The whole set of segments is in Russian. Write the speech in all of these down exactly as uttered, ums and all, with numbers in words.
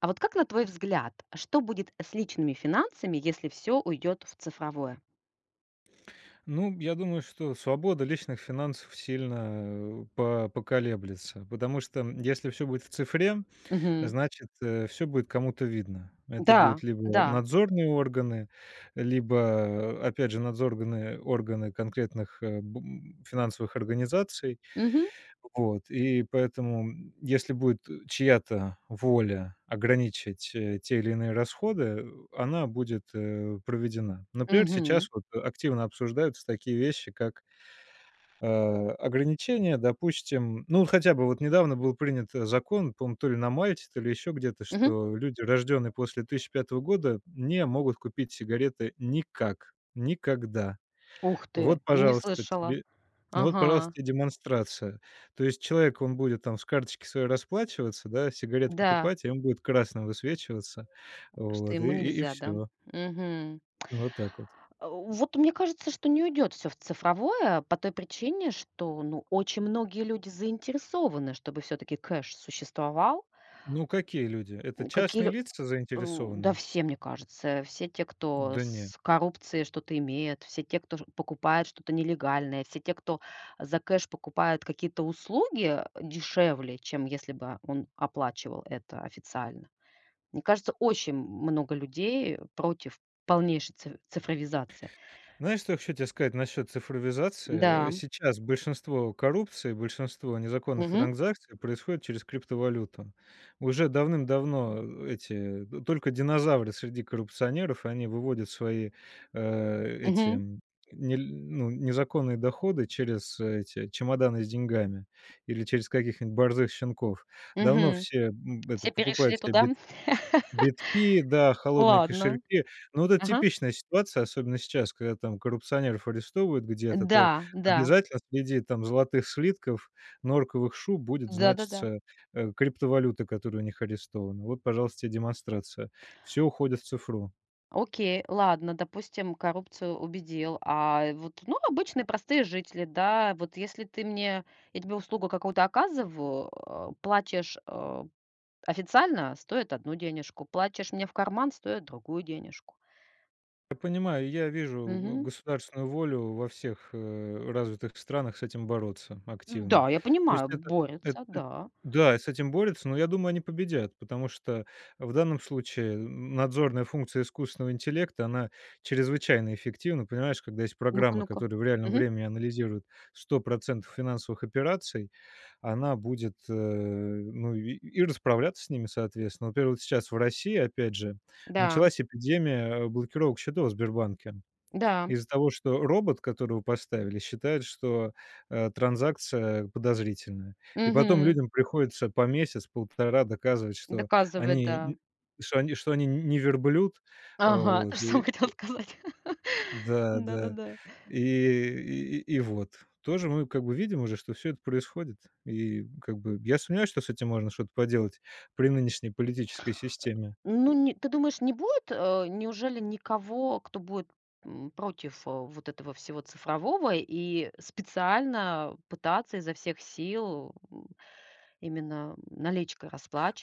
А вот как, на твой взгляд, что будет с личными финансами, если все уйдет в цифровое? Ну, я думаю, что свобода личных финансов сильно, э, по поколеблется, потому что, если все будет в цифре, Мгм. значит, все будет кому-то видно. Это Да, будут либо да. надзорные органы, либо, э, опять же, надзорные органы конкретных, э, б м, финансовых организаций. Мгм, Вот, и поэтому, м, если будет, э, чья-то воля ограничить, э, те или иные расходы, э, она будет, э, проведена. Например, мгм, сейчас вот активно обсуждаются такие вещи, как э, ограничения, допустим. Ну, вот хотя бы вот недавно был принят, э, закон, по-моему, то ли на Мальте, то ли еще где-то, мгм. что люди, рожденные после две тысячи пятого года, не могут купить сигареты никак, никогда. Ух Вот, ты, и не пожалуйста, слышала. тебе Ну вот, пожалуйста, Ага, тебе демонстрация. То есть человек, он будет там с карточки своей расплачиваться, да, сигарет да. покупать, и ему будет красным высвечиваться. Что Вот, и ему и и нельзя, да? Мгм. вот так вот. А, вот мне кажется, что не уйдет все в цифровое по той причине, что, ну, очень многие люди заинтересованы, чтобы все таки кэш существовал. Ну, какие люди? Это частные Какие? лица У, да заинтересованы? все, мне кажется. Все те, кто Да не. с коррупцией что-то имеет, все те, кто ш покупает что-то нелегальное, все те, кто за кэш покупают какие-то услуги дешевле, чем если бы он оплачивал это официально. Мне кажется, очень много людей против полнейшей ци цифровизации. Знаешь, что я хочу тебе сказать насчет цифровизации? Да. Э, Сейчас большинство коррупции, большинство незаконных Мгм. транзакций происходит через криптовалюту. Уже давным-давно эти д- только динозавры среди коррупционеров, они выводят свои э, эти Мгм. м, не- ну, незаконные доходы через э, эти чемоданы с деньгами или через каких-нибудь борзых щенков. Давно Мгм. все м, это Все перешли покупают туда. себе битки, да, холодные Ладно. кошельки. Но вот это Ага. типичная ситуация, особенно сейчас, когда там коррупционеров арестовывают где-то, то Да, да. обязательно среди там золотых слитков, норковых шуб будет Да-да-да. значиться, э, криптовалюта, которая у них арестована. Вот, пожалуйста, те демонстрация. Все уходит в цифру. Окей, ладно, допустим, коррупцию убедил. А вот, ну, обычные простые жители, да, вот если ты мне, я тебе услугу какую-то оказываю, э, платишь э, официально, стоит одну денежку, платишь мне в карман, стоит другую денежку. Я понимаю, я вижу г- Мгм. государственную волю во всех э, развитых странах с этим бороться Ну активно. да, я То есть понимаю, это, это- борется, это- да. Да, с этим борются, но я думаю, они победят, потому что в данном случае надзорная функция искусственного интеллекта, она чрезвычайно эффективна. Понимаешь, когда есть Ну-ка, программы, ну-ка. которые в реальном Мгм. времени анализируют сто процентов финансовых операций, она будет, э, ну, и и расправляться с ними, соответственно. Вот, например, вот сейчас в России, опять же, Да, началась эпидемия, э, блокировок счетов в Сбербанке да. из-за того, что робот, которого поставили, считает, что, э, транзакция подозрительная. И потом Мгм. людям приходится по месяц, полтора доказывать, что Доказывает, они да. н что они что они не верблюд, э, Ага, то вот, же и самое хотел сказать. да, да. Да-да-да. И и и вот. Тоже мы как бы видим уже, что все это происходит. И как бы я сомневаюсь, что с этим можно что-то поделать при нынешней политической системе. Ну, не ты думаешь, не будет, э, неужели никого, кто будет, м, против, э, вот этого всего цифрового и специально пытаться изо всех сил, м, именно наличкой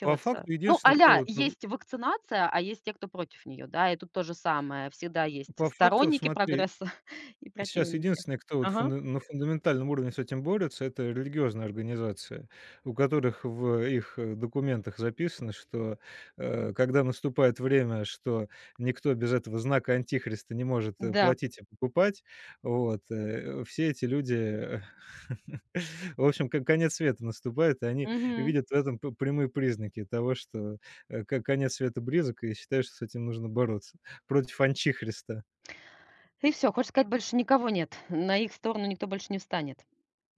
По факту Ну, единственный, кто аля, вот, ну, есть вакцинация, а есть те, кто против нее, да, и тут то же самое. Всегда есть по факту, сторонники смотри прогресса и Сейчас противники. единственные, кто вот Ага. фуна на фундаментальном уровне с этим борется, это религиозные организации, у которых в их, э, документах записано, что, э, когда наступает время, что никто без этого знака антихриста не может, э, Да. платить и покупать, вот, э, все эти люди, э, в общем, к конец света наступает, и они Мгм. видят в этом п прямые признаки того, что, э, к конец света близок, и считают, что с этим нужно бороться против антихриста. И все. Хочешь сказать, больше никого нет. На их сторону никто больше не встанет.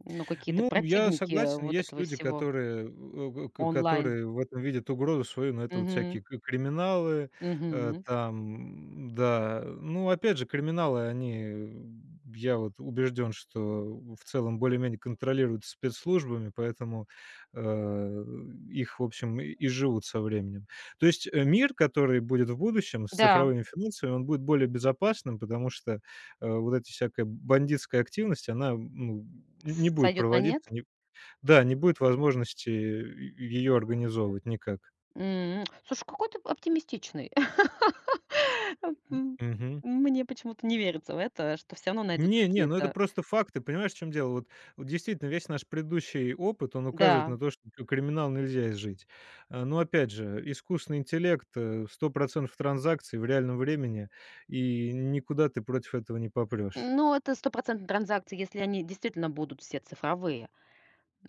Ну, какие-то Ну, я противники согласен, вот есть этого люди, всего. которые, э, к Онлайн. которые в этом видят угрозу свою, но это вот Мгм. всякие к криминалы, э, Мгм. там, да. Ну, опять же, криминалы, они, м, я вот убежден, что в целом более-менее контролируют спецслужбами, поэтому, э, их, в общем, и и живут со временем. То есть, э, мир, который будет в будущем с Да, цифровыми финансами, он будет более безопасным, потому что, э, вот эта всякая бандитская активность, она, ну, не будет сойдет на нет? проводиться, не да, не будет возможности ее организовывать никак. М. Слушай, какой ты оптимистичный. М, Мгм. мне почему-то не верится в это, что все равно найдут Не не, ну это какие-то. просто факты. Понимаешь, в чем дело? Вот вот действительно весь наш предыдущий опыт, он указывает Да. на то, что к криминал нельзя изжить. А, но опять же, искусственный интеллект, э, сто транзакций в реальном времени, и никуда ты против этого не попрёшь. Ну, это стопроцентные транзакции, если они действительно будут все цифровые.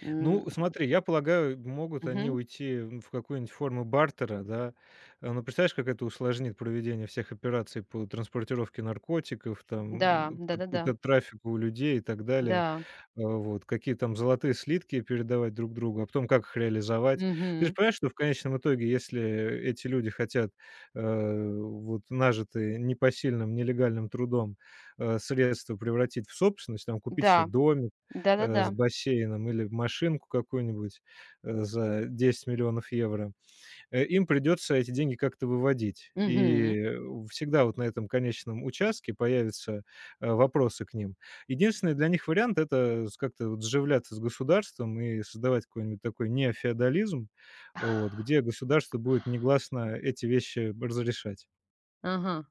М, Ну, смотри, я полагаю, могут они мгм. уйти в какую-нибудь форму бартера, да. Э, Ну, представляешь, как это усложнит проведение всех операций по транспортировке наркотиков, Да, там, т- да-да-да. т- трафику людей и так Да. Да. далее Да. э, вот, какие там золотые слитки передавать друг другу, а потом как их реализовать. Ты же Мгм. понимаешь, что в конечном итоге, если эти люди хотят, э, вот нажитые непосильным, нелегальным трудом, э, средства превратить в собственность, там купить Да. себе домик, э, Да-да-да. с бассейном или машинку какую-нибудь, э, за десять миллионов евро, э, им придется эти деньги как-то выводить. И, Мгм. э, всегда вот на этом конечном участке появятся, э, вопросы к ним. Единственный для них вариант — это с как-то вот сживляться с государством и создавать какой-нибудь такой неофеодализм, вот, где государство будет негласно эти вещи разрешать. Ага.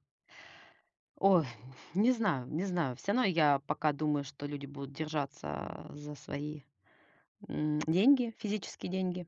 Ой, не знаю, не знаю. Все равно я пока думаю, что люди будут держаться за свои м, деньги, физические деньги,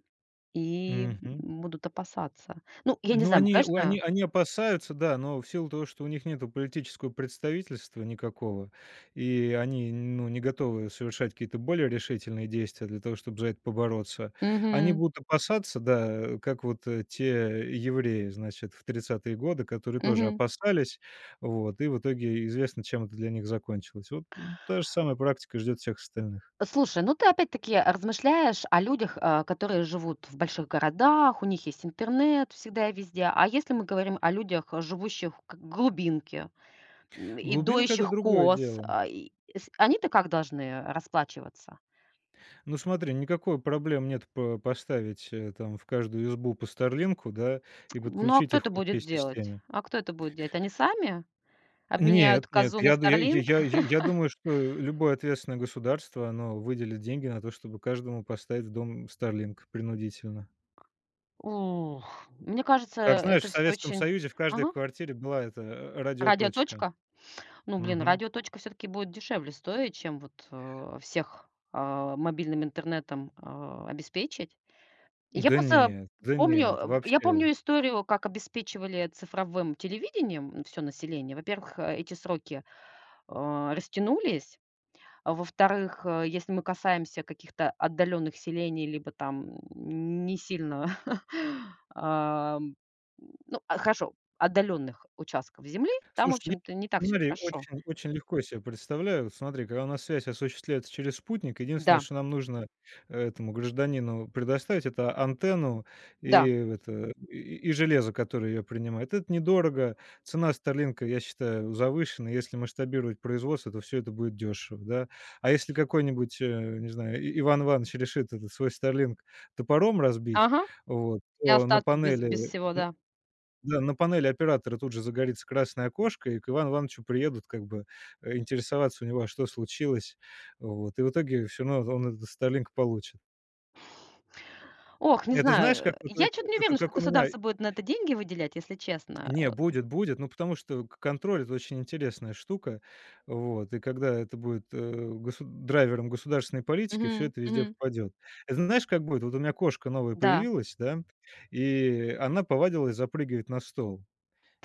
и Мгм. будут опасаться. Ну, я не Ну, знаю, они у они конечно. они опасаются, да, но в силу того, что у них нету политического представительства никакого, и они, ну, не готовы совершать какие-то более решительные действия для того, чтобы за это побороться, они Мгм. будут опасаться, да, как вот, э, те евреи, значит, в тридцатые годы, которые тоже Мгм. опасались, вот, и в итоге известно, чем это для них закончилось. Вот, м, та же самая практика ждет всех остальных. Слушай, ну ты опять-таки размышляешь о людях, а, которые живут в больших городах, у них есть интернет всегда и везде. А если мы говорим о людях, э, живущих как в глубинке м, и Глубинка — это доящих другое коз, дело. а, и с- они-то как должны расплачиваться? Ну смотри, никакой проблем нет по поставить, э, там в каждую избу по "Старлинку", да, и Ну а подключить кто их это к будет общей делать? системе. А кто это будет делать? Они сами Нет, обменяют нет, козу на я ду я Starlink? я я я думаю, что любое ответственное государство, оно выделит деньги на то, чтобы каждому поставить в дом "Старлинк" принудительно. У, мне кажется, Как знаешь, это в все Советском очень. Союзе в каждой Ага. квартире была эта, э, радиоточка. «Радиоточка»? Ну, блин, Мгм. «Радиоточка» все таки будет дешевле стоить, чем вот, э, всех, а, мобильным интернетом, а, обеспечить. Я Да просто нет, да помню, нет, э, я вообще. помню историю, как обеспечивали цифровым телевидением все население. Во-первых, э, эти сроки, а, растянулись. А во-вторых, э, если мы касаемся каких-то отдаленных селений, либо там не сильно, ам, ну, а, хорошо, отдаленных участков земли, там, в Слушай, я общем-то, не так все сценарий хорошо. очень очень легко себе представляю. Вот смотри, когда у нас связь осуществляется через спутник, единственное, Да, что нам нужно э, этому гражданину предоставить — это антенну и да, это, и и железо, которое ее принимает. Это недорого. Цена "Старлинка", я считаю, завышена. Если масштабировать производство, то все это будет дешево, да. А если какой-нибудь, э, не знаю, И Иван Иванович решит этот свой "Старлинк" топором разбить, ага, вот, и то на остаться без без панели всего, да. да, на панели оператора тут же загорится красное окошко, и к Ивану Ивановичу приедут как бы, э, интересоваться у него, а что случилось. Вот, и в итоге все, равно он этот Starlink получит. Ох, не Это знаешь, знаю, э, как вот я это, что то не уверена, как что как у меня государство будет на это деньги выделять, если честно. Не, будет, будет, ну, потому что к контроль — это очень интересная штука. Вот, и когда это будет, э, госу драйвером государственной политики, все Мгм, это везде мгм. попадет. Это знаешь, как будет? Вот у меня кошка новая Да, появилась, да, и она повадилась запрыгивать на стол.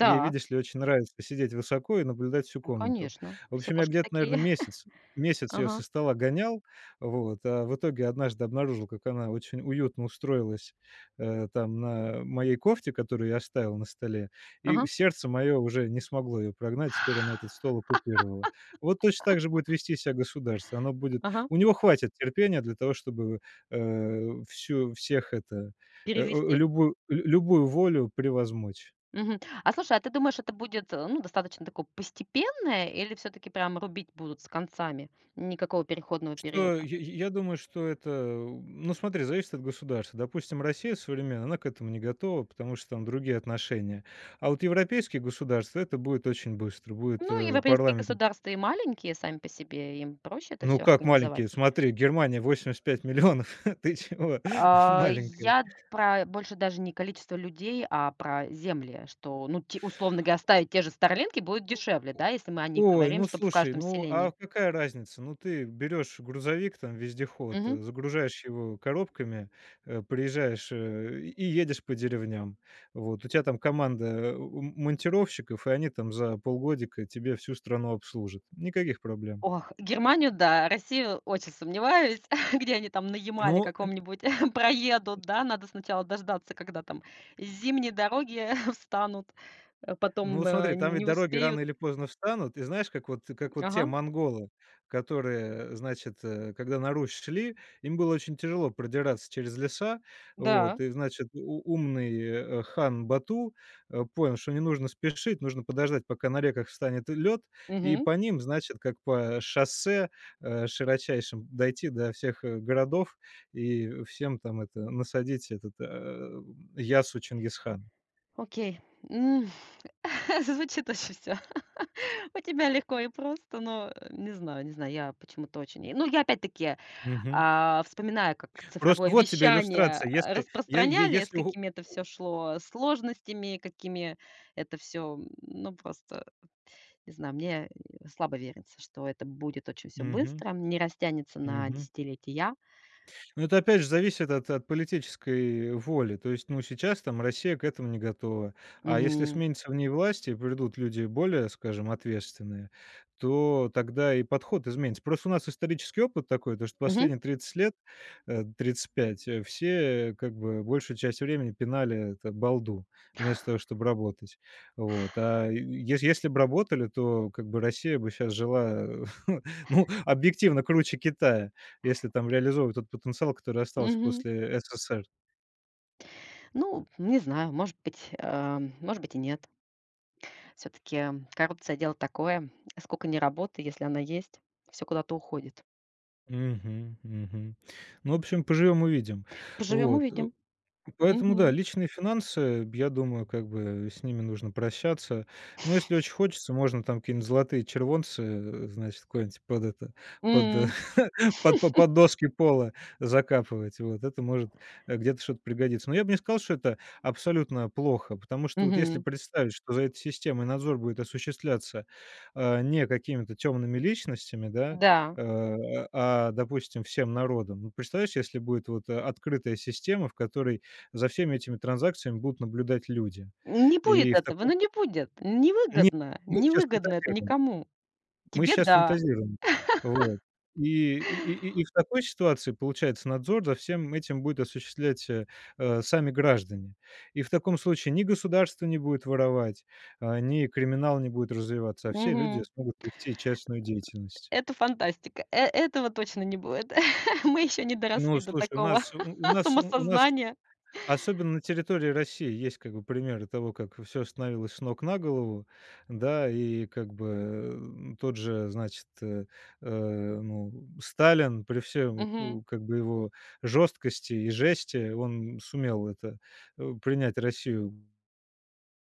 Ей, видишь ли, очень нравится сидеть высоко и наблюдать всю ну, комнату. конечно, В все общем, я кошки где-то, такие. наверное, месяц месяц ее Ага, со стола гонял, вот, а в итоге однажды обнаружил, как она очень уютно устроилась, э, там на моей кофте, которую я оставил на столе, и ага, сердце мое уже не смогло ее прогнать, теперь она этот стол оккупировала. Вот точно так же будет вести себя государство. Оно будет ага, У него хватит терпения для того, чтобы, э, всю всех это, э, э, перевести. любую лю любую волю превозмочь. Мгм. А слушай, а ты думаешь, это будет, э, ну, достаточно такое постепенное или все таки прям рубить будут с концами? Никакого переходного периода? Что я я думаю, что это, ну, смотри, зависит от государства. Допустим, Россия современная, она к этому не готова, потому что там другие отношения. А вот европейские государства — это будет очень быстро. Будет, Ну, э, европейские парламент государства и маленькие сами по себе, им проще это ну все как организовать. маленькие? Смотри, Германия восемьдесят пять миллионов, ты чего А, маленькая? я про больше даже не количество людей, а про земли, что, ну, те условно говоря, оставить те же «Старлинки» будет дешевле, да, если мы о них Ой, говорим, ну чтобы в слушай, каждом ну а селении. какая разница? Ну ты берешь грузовик, там вездеход, э, загружаешь его коробками, э, приезжаешь, э, и едешь по деревням. Вот у тебя там команда, э, у монтировщиков, и они там за полгодика тебе всю страну обслужат. Никаких проблем. Ох, Германию, да, Россию очень сомневаюсь, где они там на Ямале Ну каком-нибудь проедут, да. Надо сначала дождаться, когда там зимние дороги встанут, а Ну потом, вот смотри, э, там ведь не дороги рано успеют. или поздно встанут. И знаешь, как вот как вот те Ага, монголы, которые, значит, э, когда на Русь шли, им было очень тяжело продираться через леса. Вот. да, И, значит, у- умный э, хан Бату э, понял, что не нужно спешить, нужно подождать, пока на реках встанет лед, и мгм. по ним, значит, как по шоссе э, широчайшим дойти до всех э, городов и всем там это насадить этот э, ясу Чингисхана. Окей. М, звучит очень все. У тебя легко и просто, но, э, не знаю не знаю, я почему-то очень ну, я опять-таки, а, вспоминая, как Просто цифровое вот тебе вещание, иллюстрация. э, Если е е распространяли, с если у какими это все шло э, сложностями, какими это все, ну, просто, не знаю, мне э, слабо верится, что это будет очень все Мгм, быстро, не растянется на мгм. десятилетия. Ну, это опять же зависит от от политической воли. То есть, ну, сейчас там Россия к этому не готова. А если Мгм. сменится в ней власть и придут люди более, скажем, ответственные, то тогда и подход изменится. Просто у нас исторический опыт такой, то что Мгм. последние тридцать лет, э, тридцать пять, э, все, как бы, большую часть времени пинали это балду вместо того, чтобы работать. Вот. А ес если б работали, то, как бы, Россия бы сейчас жила, ну, объективно круче Китая. Если там реализовывать тот потенциал, который остался Мгм. после СССР. Ну, не знаю, может быть, э, может быть и нет. Все таки коррупция — дело такое, сколько ни работы, если она есть, все куда-то уходит. Мгм, мгм. Ну, в общем, поживем — увидим. Поживем — Вот, э увидим. Поэтому да, Мгм. личные финансы, я думаю, как бы с ними нужно прощаться. Но если очень хочется, можно там какие-нибудь золотые червонцы, э, значит, куда-нибудь под это, под, э, М. под, по- под доски пола закапывать. Вот это может э, где-то что-то пригодится. Но я бы не сказал, что это абсолютно плохо, потому что вот если Мгм. представить, что за этой системой надзор будет осуществляться э, не какими-то темными личностями, да, Да. э, а, допустим, всем народом. Ну, представляешь, если будет вот э, открытая система, в которой за всеми этими транзакциями будут наблюдать люди. Не будет И в этого, ну таком не будет. Нет, Невыгодно, мы сейчас невыгодно это фантазируем, никому. мы Тебе сейчас да. фантазируем. Вот. И и и и в такой ситуации, получается, надзор за всем этим будет осуществлять, э, э, сами граждане. И в таком случае ни государство не будет воровать, а, ни криминал не будет развиваться, а все люди Мгм. смогут вести частную деятельность. Это фантастика. Э этого точно не будет. Мы еще не доросли Ну, до слушай, у такого нас у у нас у у нас самосознания. особенно на территории России есть как бы примеры того, как все становилось с ног на голову, да, и как бы, э, тот же, значит, э, э, ну, Сталин при всем Мгм. ху как бы его жесткости и жести, он сумел это, э, принять Россию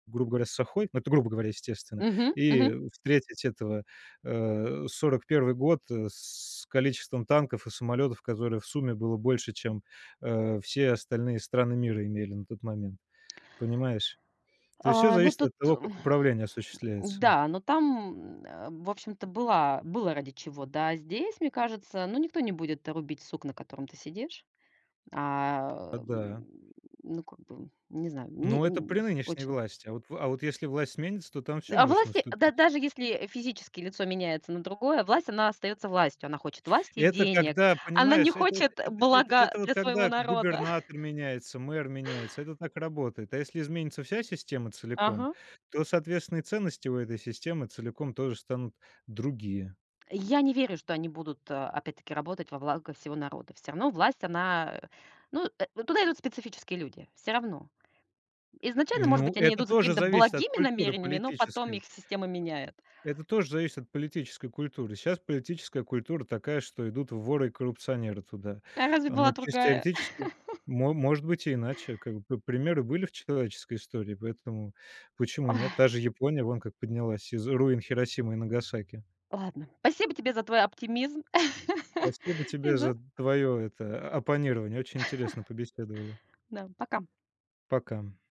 грубо говоря, с сахой, ну, это грубо говоря, естественно, Мгм. и Мгм. встретить этого, э, сорок первый год, э, с количеством танков и самолетов, которые в сумме было больше, чем, э, все остальные страны мира имели на тот момент. Понимаешь? То есть все А, ну зависит от тут, того, м, как управление осуществляется. да, но там, э, в общем-то, была было ради чего, да. Здесь, мне кажется, ну, никто не будет рубить сук, на котором ты сидишь. А, А, м, да. ну, как бы, не знаю, не Ну, это н при нынешней очень. власти. А вот в а вот если власть сменится, то там все А может власть, э, да наступить. даже если физически лицо меняется на другое, власть, она остается властью. Она хочет власти и Это денег. когда, Она не понимаешь, это это хочет это это блага это вот для своего когда народа. губернатор меняется, мэр меняется, это так работает. А если изменится вся система целиком, Ага. то, соответственно, и ценности у этой системы целиком тоже станут другие. Я не верю, что они будут, э, опять-таки, работать во благо всего народа. Все равно власть, она, э, ну, э, э, туда идут специфические люди, все равно. Изначально, может Ну, быть, они это идут за тоже какими-то зависит от благими культуры намерениями, но потом политической. их система меняет. Это тоже зависит от политической культуры. Сейчас политическая культура такая, что идут воры и коррупционеры туда. А разве А, была но чисто другая? теоретически мо- может быть и иначе. Как бы п- примеры были в человеческой истории, поэтому почему Ой, нет? Та же Япония, вон как поднялась из руин Хиросимы и Нагасаки. ладно. Спасибо тебе за твой оптимизм. Спасибо И тебе за за твое это оппонирование. Очень интересно побеседовали. да, пока. Пока.